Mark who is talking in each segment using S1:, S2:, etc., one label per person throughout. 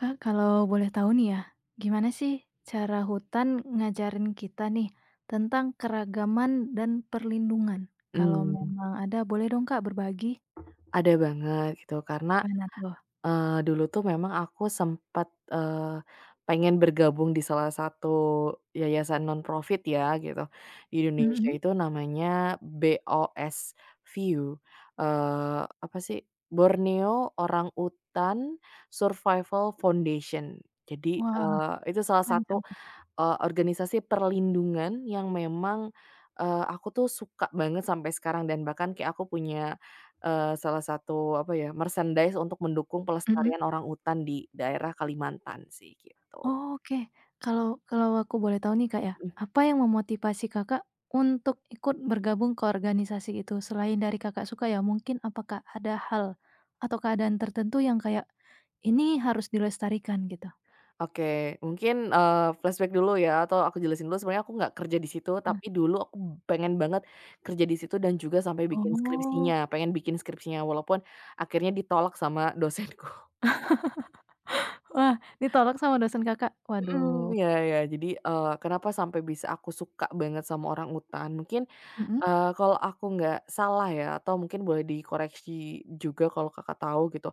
S1: Kak, kalau boleh tahu nih ya, gimana sih cara hutan ngajarin kita nih tentang keragaman dan perlindungan? Kalau
S2: Mmm,
S1: memang ada, boleh dong Kak berbagi?
S2: ada banget gitu karena,
S1: Gimana tuh?
S2: dulu tuh memang aku sempet, eee, pengen bergabung di salah satu yayasan nonprofit ya gitu, di Indonesia
S1: Mhm.
S2: itu namanya BOS VIEW, apa sih, Borneo Orang Utan Survival Foundation. Jadi,
S1: Wah,
S2: itu salah satu
S1: panjang tuh.
S2: organisasi perlindungan yang memang, aku tuh suka banget sampai sekarang dan bahkan kayak aku punya, salah satu apa ya, merchandise untuk mendukung
S1: Mhm.
S2: pelestarian orang hutan di daerah Kalimantan sih gitu.
S1: Oh, oke, kalau kalau aku boleh tahu nih Kak ya,
S2: Mhm.
S1: apa yang memotivasi Kakak untuk ikut bergabung ke organisasi itu? Selain dari Kakak suka ya, mungkin apakah ada hal atau keadaan tertentu yang kayak, ini harus dilestarikan gitu?
S2: Oke mungkin, flashback dulu ya atau aku jelasin dulu sebenarnya aku nggak kerja di situ
S1: Mana?
S2: tapi dulu aku pengen banget kerja di situ dan juga sampai bikin
S1: Oh.
S2: skripsinya, pengen bikin skripsinya walaupun akhirnya ditolak sama dosenku.
S1: Wah, ditolak sama dosen Kakak? Waduh.
S2: Mhm, iya iya. Jadi, kenapa sampai bisa aku suka banget sama orang utan, mungkin,
S1: Mhm,
S2: kalau aku nggak salah ya, atau mungkin boleh dikoreksi juga kalau Kakak tahu gitu,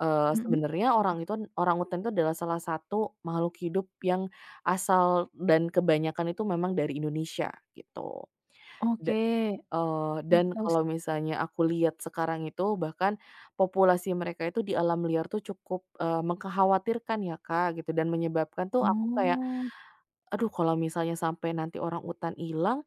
S1: mhm.
S2: sebenarnya orang utan itu adalah salah satu makhluk hidup yang asal dan kebanyakan itu memang dari Indonesia, gitu. Da
S1: Oke,
S2: eee,
S1: baru
S2: dan
S1: tahu
S2: kalau
S1: sih.
S2: misalnya aku lihat sekarang itu, bahkan populasi mereka itu di alam liar tuh cukup, mengkhawatirkan ya, Kak, gitu, dan menyebabkan tuh aku kayak
S1: Oh,
S2: Aduh, kalau misalnya sampai nanti orang hutan hilang,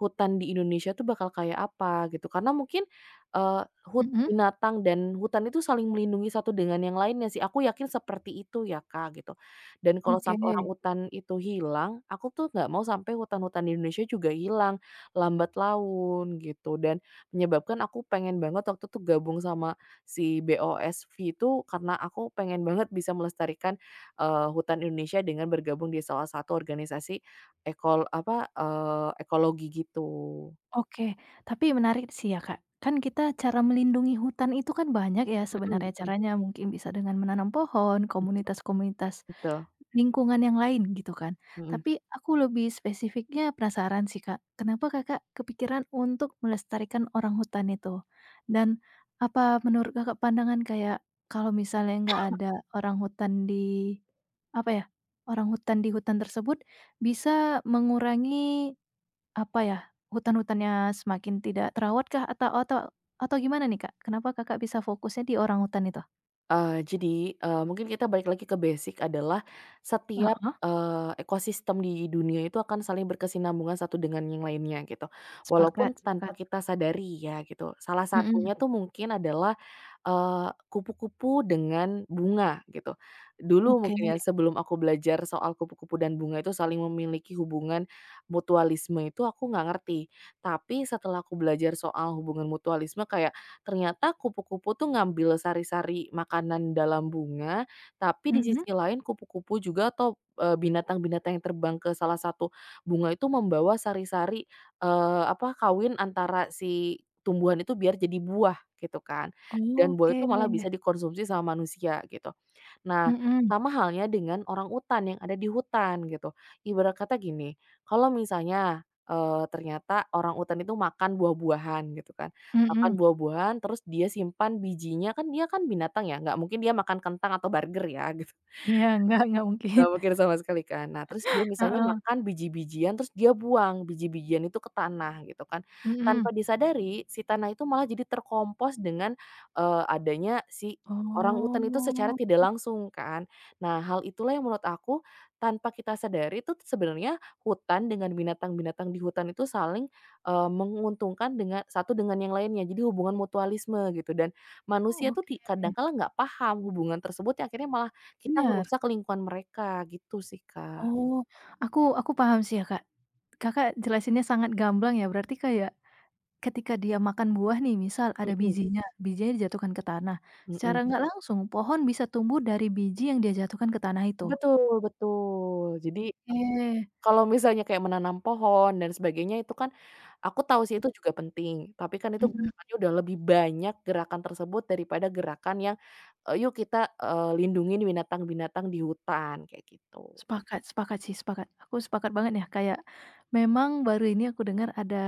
S2: hutan di Indonesia tuh bakal kayak apa gitu. Karena mungkin, eee,
S1: mhm,
S2: binatang dan hutan itu saling melindungi satu dengan yang lainnya sih, aku yakin seperti itu ya Kak, gitu. Dan kalau
S1: oke,
S2: sampai orang hutan itu hilang, aku tuh nggak mau sampai hutan-hutan di Indonesia juga hilang, lambat laun gitu. Dan menyebabkan aku pengen banget waktu itu gabung sama si BOSV itu karena aku pengen banget bisa melestarikan, hutan Indonesia dengan bergabung di salah satu organisasi Ekol apa, ekologi gitu.
S1: oke. Tapi menarik sih ya, Kak. Kan kita cara melindungi hutan itu kan banyak ya
S2: Mhm
S1: sebenarnya
S2: mhm.
S1: caranya, mungkin bisa dengan menanam pohon, komunitas-komunitas
S2: Betul,
S1: lingkungan yang lain gitu kan.
S2: mhm.
S1: Tapi aku lebih spesifiknya penasaran sih, Kak, kenapa Kakak kepikiran untuk melestarikan orang hutan itu? Dan apa menurut Kakak pandangan kayak kalau misalnya nggak ada orang hutan di apa ya, orang hutan di hutan tersebut bisa mengurangi apa ya, hutan-hutannya semakin tidak terawat kah atau gimana nih, Kak? Kenapa Kakak bisa fokusnya di orang hutan itu?
S2: Jadi, mungkin kita balik lagi ke basic adalah setiap,
S1: Heeh,
S2: ekosistem di dunia itu akan saling berkesinambungan satu dengan yang lainnya gitu,
S1: sepakat
S2: walaupun tanpa
S1: sepakat.
S2: kita sadari ya gitu. Salah
S1: Mhm,
S2: satunya tuh mungkin adalah, kupu-kupu dengan bunga gitu. Dulu
S1: oke,
S2: mungkin ya sebelum aku belajar soal kupu-kupu dan bunga itu saling memiliki hubungan mutualisme itu aku nggak ngerti, tapi setelah aku belajar soal hubungan mutualisme kayak ternyata kupu-kupu tuh ngambil sari-sari makanan dalam bunga, tapi di
S1: mhm.
S2: sisi lain kupu-kupu juga atau, binatang-binatang yang terbang ke salah satu bunga itu membawa sari-sari, apa, kawin antara si tumbuhan itu biar jadi buah, gitu kan. Dan buah
S1: Oke,
S2: itu malah bisa dikonsumsi sama manusia, gitu. Nah,
S1: mhm,
S2: sama halnya dengan orang utan yang ada di hutan gitu. Ibarat kata gini, kalau misalnya, ternyata orang utan itu makan buah-buahan gitu kan, makan
S1: mhm,
S2: buah-buahan terus dia simpan bijinya, kan dia kan binatang ya, nggak mungkin dia makan kentang atau burger ya gitu.
S1: iya, nggak mungkin,
S2: Nggak mungkin sama sekali kan. Nah, terus dia misalnya
S1: heeh,
S2: makan biji-bijian, terus dia buang biji-bijian itu ke tanah gitu kan.
S1: mhm,
S2: Tanpa disadari, si tanah itu malah jadi terkompos dengan, adanya si orangutan itu secara
S1: oh,
S2: tidak langsung kan. Nah, hal itulah yang menurut aku, tanpa kita sadari itu sebenarnya hutan dengan binatang-binatang di hutan itu saling, menguntungkan dengan satu dengan yang lainnya. Jadi hubungan mutualisme gitu dan manusia tuh
S1: oke,
S2: di kadang kala nggak paham hubungan tersebut, yang akhirnya malah kita
S1: benar,
S2: ngerusak lingkungan mereka gitu sih, Kak.
S1: oh, aku paham sih ya, Kak. Kakak jelasinnya sangat gamblang ya, berarti kayak ketika dia makan buah nih, misal ada
S2: Mhm
S1: bijinya, bijinya dijatuhkan ke tanah, secara
S2: mhm.
S1: nggak langsung pohon bisa tumbuh dari biji yang dia jatuhkan ke tanah itu.
S2: Betul betul. Jadi
S1: Oke,
S2: kalau misalnya kayak menanam pohon dan sebagainya itu kan aku tahu sih itu juga penting, tapi kan itu
S1: mhm.
S2: gerakannya udah lebih banyak gerakan tersebut daripada gerakan yang, "Yuk kita, lindungin binatang-binatang di hutan," kayak gitu.
S1: Sepakat sepakat sih, sepakat. Aku sepakat banget ya, kayak memang baru ini aku dengar ada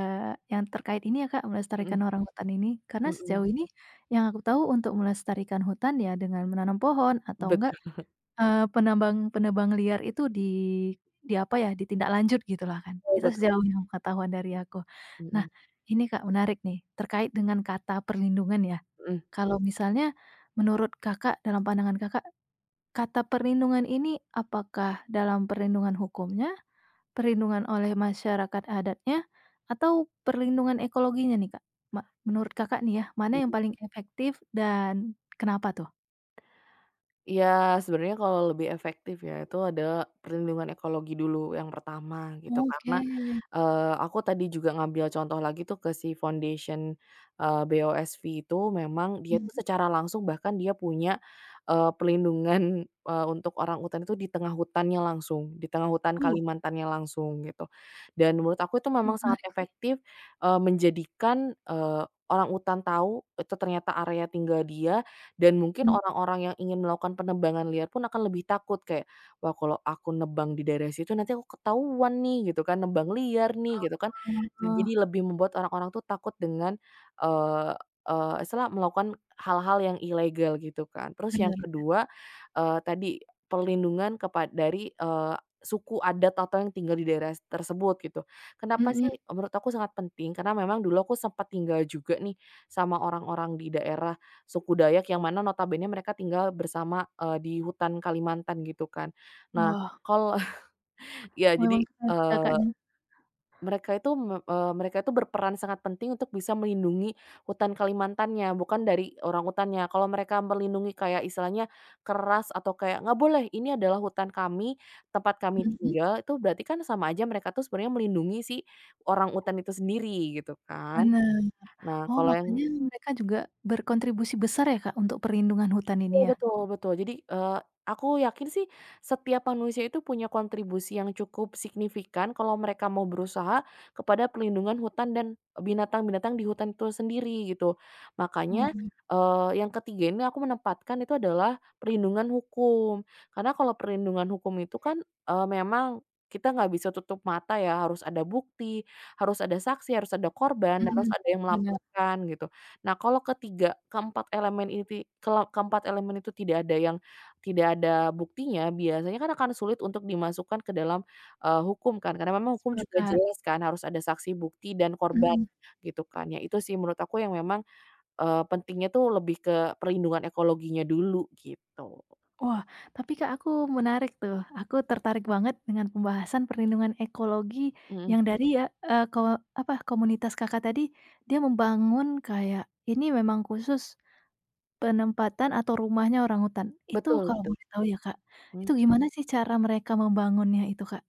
S1: yang terkait ini ya, Kak,
S2: Mhm
S1: melestarikan orang hutan ini. Karena
S2: mhm.
S1: sejauh ini yang aku tahu untuk melestarikan hutan ya dengan menanam pohon atau enggak,
S2: Betul
S1: eee, penambang penebang liar itu di apa ya, ditindak lanjut gitulah kan. Itu
S2: betul.
S1: sejauh yang pengetahuan dari aku. Nah,
S2: Mhm
S1: ini, Kak, menarik nih, terkait dengan kata perlindungan ya.
S2: mhm.
S1: Kalau misalnya menurut Kakak, dalam pandangan Kakak kata perlindungan ini apakah dalam perlindungan hukumnya, perlindungan oleh masyarakat adatnya, atau perlindungan ekologinya nih, Kak? Ma menurut Kakak nih ya, mana yang paling efektif dan kenapa tuh?
S2: Iya, sebenarnya kalau lebih efektif ya, itu adalah perlindungan ekologi dulu yang pertama gitu.
S1: Oke,
S2: Karena, aku tadi juga ngambil contoh lagi tuh ke si foundation, BOSV itu memang dia
S1: mhm,
S2: tuh secara langsung bahkan dia punya, perlindungan, untuk orang utan itu di tengah hutannya langsung, di tengah hutan
S1: oh,
S2: Kalimantannya langsung gitu. Dan menurut aku itu memang
S1: oke,
S2: sangat
S1: menarik sih,
S2: efektif, menjadikan, orang utan tahu itu ternyata area tinggal dia dan mungkin
S1: mmm,
S2: orang-orang yang ingin melakukan penebangan liar pun akan lebih takut kayak, "Wah kalau aku nebang di daerah situ nanti aku ketahuan nih," gitu kan, "nebang liar nih," gitu kan.
S1: eee,
S2: Jadi lebih membuat orang-orang tuh takut dengan, eee eee, istilah melakukan hal-hal yang ilegal gitu kan. Terus yang
S1: bener,
S2: kedua, tadi perlindungan kepada dari, suku adat atau yang tinggal di daerah tersebut gitu. Kenapa
S1: mhm,
S2: sih menurut aku sangat penting, karena memang dulu aku sempat tinggal juga nih sama orang-orang di daerah Suku Dayak yang mana notabene mereka tinggal bersama, di hutan Kalimantan gitu kan. Nah
S1: wah,
S2: kal ya
S1: memang
S2: jadi,
S1: keren sih
S2: eee,
S1: Kakaknya,
S2: mereka itu berperan sangat penting untuk bisa melindungi hutan Kalimantannya, bukan dari orangutannya. Kalau mereka melindungi kayak istilahnya keras atau kayak, "Nggak boleh, ini adalah hutan kami, tempat kami
S1: mhm,
S2: tinggal," itu berarti kan sama aja mereka tuh sebenarnya melindungi si orangutan itu sendiri gitu kan.
S1: bener.
S2: Nah
S1: Oh,
S2: kalau yang
S1: makanya mereka juga berkontribusi besar ya, Kak, untuk perlindungan hutan ini
S2: Betul
S1: ya?
S2: betul betul. Jadi, aku yakin sih setiap manusia itu punya kontribusi yang cukup signifikan kalau mereka mau berusaha kepada pelindungan hutan dan binatang-binatang di hutan itu sendiri gitu. Makanya,
S1: Waduh,
S2: yang ketiga ini aku menempatkan itu adalah perlindungan hukum. Karena kalau perlindungan hukum itu kan, memang kita nggak bisa tutup mata ya, harus ada bukti, harus ada saksi, harus ada korban, dan harus
S1: mhm,
S2: ada yang
S1: bener,
S2: melaporkan gitu. Nah, kalau keempat elemen inti keempat elemen itu tidak ada buktinya, biasanya kan akan sulit untuk dimasukkan ke dalam, hukum kan, karena memang hukum juga
S1: sepakat,
S2: jelas kan harus ada saksi, bukti, dan korban
S1: mhm.
S2: gitu kan. Ya itu sih menurut aku yang memang, pentingnya tuh lebih ke perlindungan ekologinya dulu gitu.
S1: Wah, tapi Kak aku menarik tuh. Aku tertarik banget dengan pembahasan perlindungan ekologi
S2: Mhm,
S1: yang dari ya, eee, ko apa, komunitas Kakak tadi, dia membangun kayak ini memang khusus penempatan atau rumahnya orang hutan. Itu
S2: betul
S1: kalau
S2: betul.
S1: boleh tahu ya Kak,
S2: Mhm.
S1: itu gimana sih cara mereka membangunnya itu Kak?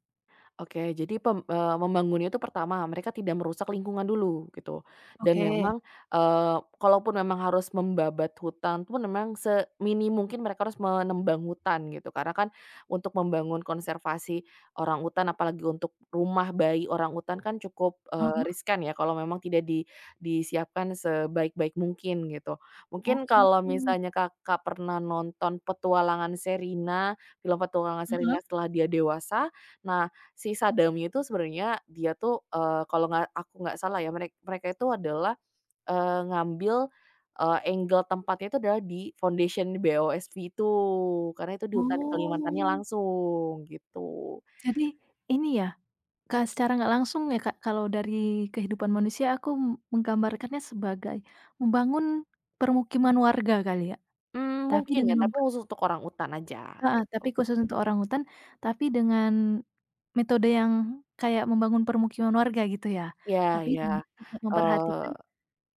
S2: Oke, jadi membangunnya itu pertama mereka tidak merusak lingkungan dulu gitu, dan
S1: Oke.
S2: memang, kalaupun memang harus membabat hutan pun memang semini mungkin mereka harus menembang hutan gitu karena kan untuk membangun konservasi orang hutan apalagi untuk rumah bayi orang hutan kan cukup,
S1: Heeh.
S2: riskan ya kalau memang tidak di disiapkan sebaik-baik mungkin gitu. Mungkin
S1: Oke.
S2: kalau misalnya Kakak pernah nonton Petualangan Sherina, film Petualangan Sherina
S1: Heeh.
S2: Setelah Dia Dewasa, nah Si Sadami itu sebenarnya dia tuh, kalau nggak aku nggak salah ya, mereka itu adalah, ngambil, angle tempatnya itu adalah di foundation BOSP itu, karena itu di hutan Kalimantannya
S1: Oh,
S2: langsung, gitu.
S1: jadi ini ya Kak, secara nggak langsung ya Kak, kalau dari kehidupan manusia aku menggambarkannya sebagai membangun permukiman warga kali ya,
S2: Mmm,
S1: tapi
S2: mungkin ya,
S1: dengan, mmm,
S2: tapi khusus untuk orang utan aja,
S1: heeh,
S2: gitu.
S1: tapi khusus untuk orang hutan, tapi dengan metode yang kayak membangun permukiman warga gitu ya,
S2: Iya
S1: tapi
S2: iya,
S1: dengan tetap
S2: eee
S1: memperhatikan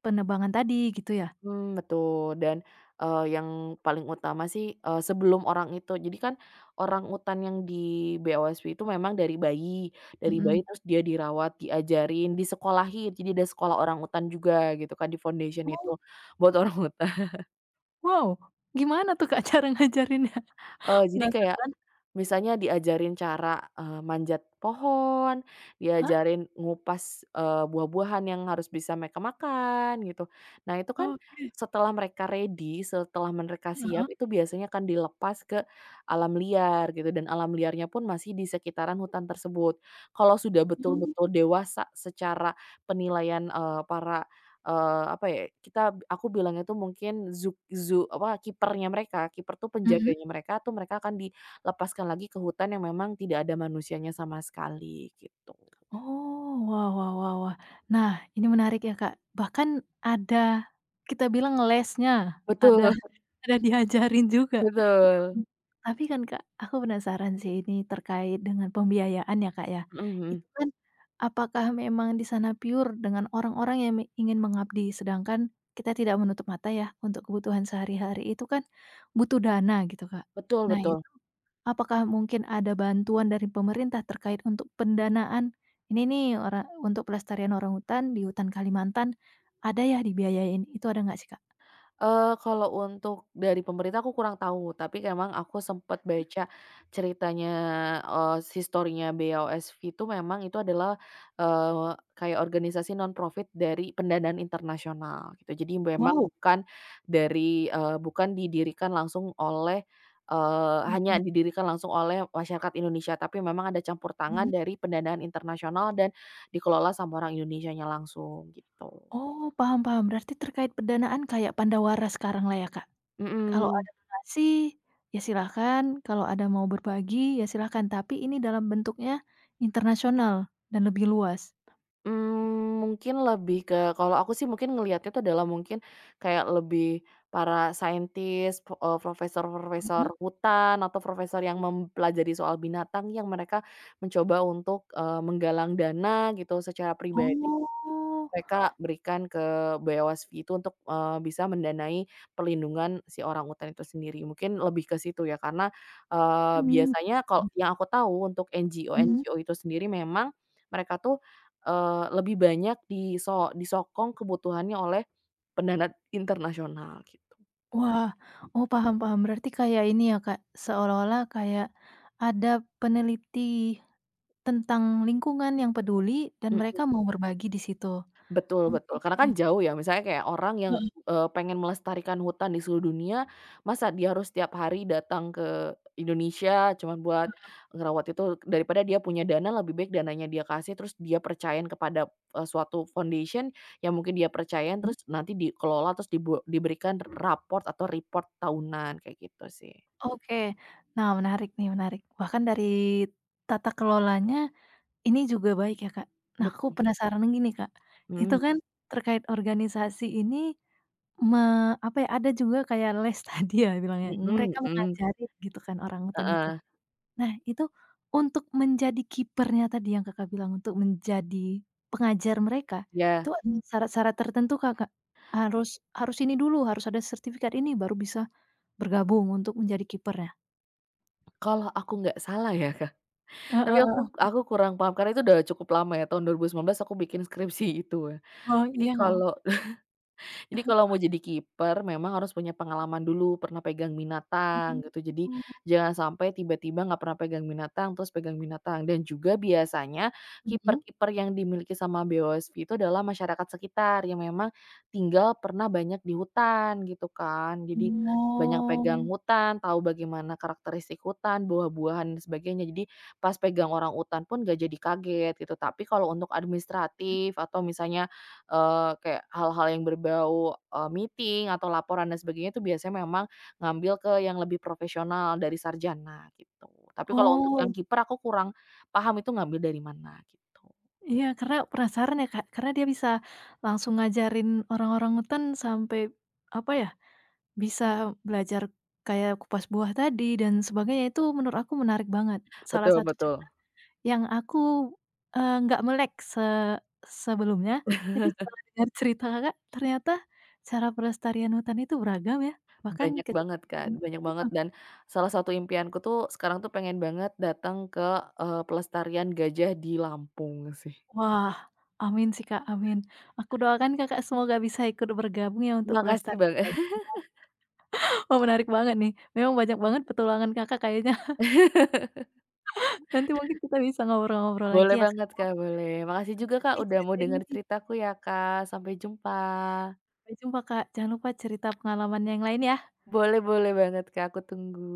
S1: penebangan tadi gitu ya?
S2: Mhm, betul dan, yang paling utama sih, sebelum orang itu jadi kan orang utan yang di BOSP itu memang dari
S1: Mhm.
S2: bayi terus dia dirawat, diajarin, disekolahin, jadi ada sekolah orang utan juga gitu kan di foundation itu
S1: Oh,
S2: buat orangut
S1: wow, gimana tuh Kak cara ngajarinnya?
S2: Jadi kayak
S1: Penasaran.
S2: misalnya diajarin cara, manjat pohon,
S1: Hah?
S2: diajarin ngupas, buah-buahan yang harus bisa mereka makan gitu. Nah itu kan
S1: Oke.
S2: setelah mereka ready, setelah mereka
S1: Heeh.
S2: siap itu biasanya akan dilepas ke alam liar gitu dan alam liarnya pun masih di sekitaran hutan tersebut. Kalau sudah betul-betul
S1: Oh,
S2: dewasa secara penilaian, para apa ya, kita aku bilangnya tuh mungkin zuk kipernya mereka, kiper tuh
S1: mhm.
S2: penjaganya mereka tuh mereka akan dilepaskan lagi ke hutan yang memang tidak ada manusianya sama sekali, gitu.
S1: Oh, wah, wah, wah, wah. Nah, ini menarik ya, Kak. Bahkan ada kita bilang lesnya, ada
S2: Betul
S1: ada diajarin juga di
S2: betul.
S1: kamu. Tapi kan, Kak, aku penasaran sih ini terkait dengan pembiayaan ya, Kak, ya.
S2: Mhm mhm.
S1: Itu kan apakah memang di sana pure dengan orang-orang yang ingin mengabdi, sedangkan kita tidak menutup mata ya untuk kebutuhan sehari-hari itu kan butuh dana gitu, Kak.
S2: Betul
S1: Nah
S2: betul.
S1: itu, apakah mungkin ada bantuan dari pemerintah terkait untuk pendanaan, "Ini nih untuk pelestarian orang hutan di hutan Kalimantan, ada ya dibiayain?" Itu ada nggak sih, Kak?
S2: Kalau untuk dari pemerintah aku kurang tahu, tapi emang aku sempet baca ceritanya, historinya BOSV itu memang itu adalah, kayak organisasi nonprofit dari pendanaan internasional gitu. Jadi memang
S1: Wow,
S2: bukan dari, eee, bukan didirikan langsung oleh, eee,
S1: mhm,
S2: hanya didirikan langsung oleh masyarakat Indonesia, tapi memang ada campur tangan
S1: mhm.
S2: dari pendanaan internasional dan dikelola sama orang Indonesianya langsung gitu.
S1: Oh, paham paham. Berarti terkait pendanaan kayak Pandawara sekarang lah ya, Kak? Kalau
S2: Mhm.
S1: ada donasi, ya silakan, kalau ada mau berbagi, ya silakan, tapi ini dalam bentuknya internasional dan lebih luas.
S2: Mmm, mungkin lebih ke kalau aku sih mungkin ngelihatnya tuh adalah mungkin kayak lebih para saintis, profesor-profesor
S1: Mhm.
S2: hutan atau profesor yang mempelajari soal binatang yang mereka mencoba untuk, menggalang dana gitu secara pribadi
S1: Oh.
S2: mereka berikan ke Bawaslu itu untuk, bisa mendanai perlindungan si orangutan itu sendiri. Mungkin lebih ke situ ya karena,
S1: Mmm,
S2: biasanya kalau yang aku tahu untuk
S1: mhm.
S2: NGO-NGO itu sendiri memang mereka tuh, lebih banyak disokong kebutuhannya oleh pendana internasional gitu.
S1: Wah, oh, paham paham. Berarti kayak ini ya, Kak, seolah-olah kayak ada peneliti tentang lingkungan yang peduli dan mereka mau berbagi di situ.
S2: Betul
S1: Oke,
S2: betul, karena kan jauh ya, misalnya kayak orang yang,
S1: heeh,
S2: pengen melestarikan hutan di seluruh dunia, masa dia harus tiap hari datang ke Indonesia cuman buat ngerawat itu, daripada dia punya dana lebih baik dananya dia kasih, terus dia percayain kepada, suatu foundation yang mungkin dia percayain,
S1: mhm,
S2: terus nanti dikelola, terus diberikan raport atau report tahunan, kayak gitu sih.
S1: oke. Nah, menarik nih, menarik. Bahkan dari tata kelolanya ini juga baik ya, Kak. Nah, aku
S2: Betul,
S1: penasaran gini, Kak, itu
S2: mhm,
S1: kan terkait organisasi ini me apa ya, ada juga kayak les tadi ya bilangnya,
S2: mhm
S1: mereka
S2: mhm,
S1: mengajari gitu kan orang hutan itu.
S2: heeh,
S1: Nah, itu untuk menjadi kipernya tadi yang Kakak bilang, untuk menjadi pengajar mereka, itu
S2: iya.
S1: ada, mhm, syarat-syarat tertentu Kak, Kak? Harus harus ini dulu, harus ada sertifikat ini baru bisa bergabung untuk menjadi kipernya?
S2: Kalau aku nggak salah ya, Kak.
S1: Heeh,
S2: Tapi aku
S1: heeh.
S2: kurang paham, karena itu udah cukup lama ya, tahun 2019 aku bikin skripsi itu ya.
S1: Oh,
S2: Jadi
S1: iya nggak.
S2: kalau jadi kalau mau jadi kiper memang harus punya pengalaman dulu, pernah pegang binatang gitu. Jadi
S1: Oh.
S2: jangan sampai tiba-tiba nggak pernah pegang binatang, terus pegang binatang. Dan juga biasanya
S1: Mhm,
S2: kiper-kiper yang dimiliki sama BOSP itu adalah masyarakat sekitar yang memang tinggal pernah banyak di hutan gitu kan. Jadi
S1: oh.
S2: banyak pegang
S1: Oh.
S2: hutan, tahu bagaimana karakteristik hutan, buah-buahan dan sebagainya. Jadi pas pegang orang hutan pun nggak jadi kaget gitu. Tapi kalau untuk
S1: Mhm.
S2: administratif atau misalnya eh kayak hal-hal yang berbau, meeting atau laporan dan sebagainya itu biasanya memang ngambil ke yang lebih profesional dari sarjana gitu. Tapi kalau untuk yang
S1: Oh,
S2: kiper aku kurang paham itu ngambil dari mana gitu.
S1: iya karena penasaran ya Kak, karena dia bisa langsung ngajarin orangutan sampai, apa ya, bisa belajar kayak kupas buah tadi dan sebagainya, itu menurut aku menarik banget. Salah
S2: Betul
S1: satu cara
S2: betul.
S1: yang aku, nggak melek sebelumnya, tapi setelah dengar cerita Kakak, ternyata cara pelestarian hutan itu beragam ya, bahkan
S2: Banyak
S1: ketika
S2: banget Kak,
S1: hutan,
S2: banyak banget
S1: heeh,
S2: dan salah satu impianku tuh sekarang tuh pengen banget datang ke, pelestarian gajah di Lampung sih.
S1: wah, amin sih Kak, amin. Aku doakan Kakak semoga bisa ikut bergabung ya untuk
S2: Makasih
S1: pelestarian
S2: banget.
S1: gajah. Wah, menarik banget nih, memang banyak banget petualangan Kakak kayaknya. Nanti mungkin kita bisa ngobrol-ngobrol lagi
S2: Boleh
S1: ya Kak,
S2: banget Kak, boleh. Makasih juga Kak,
S1: nanti
S2: udah mau
S1: ceritain
S2: dengar
S1: lagi.
S2: ceritaku ya Kak. Sampai jumpa.
S1: Sampai jumpa Kak, jangan lupa cerita pengalaman yang lain ya.
S2: Boleh boleh banget Kak, aku tunggu.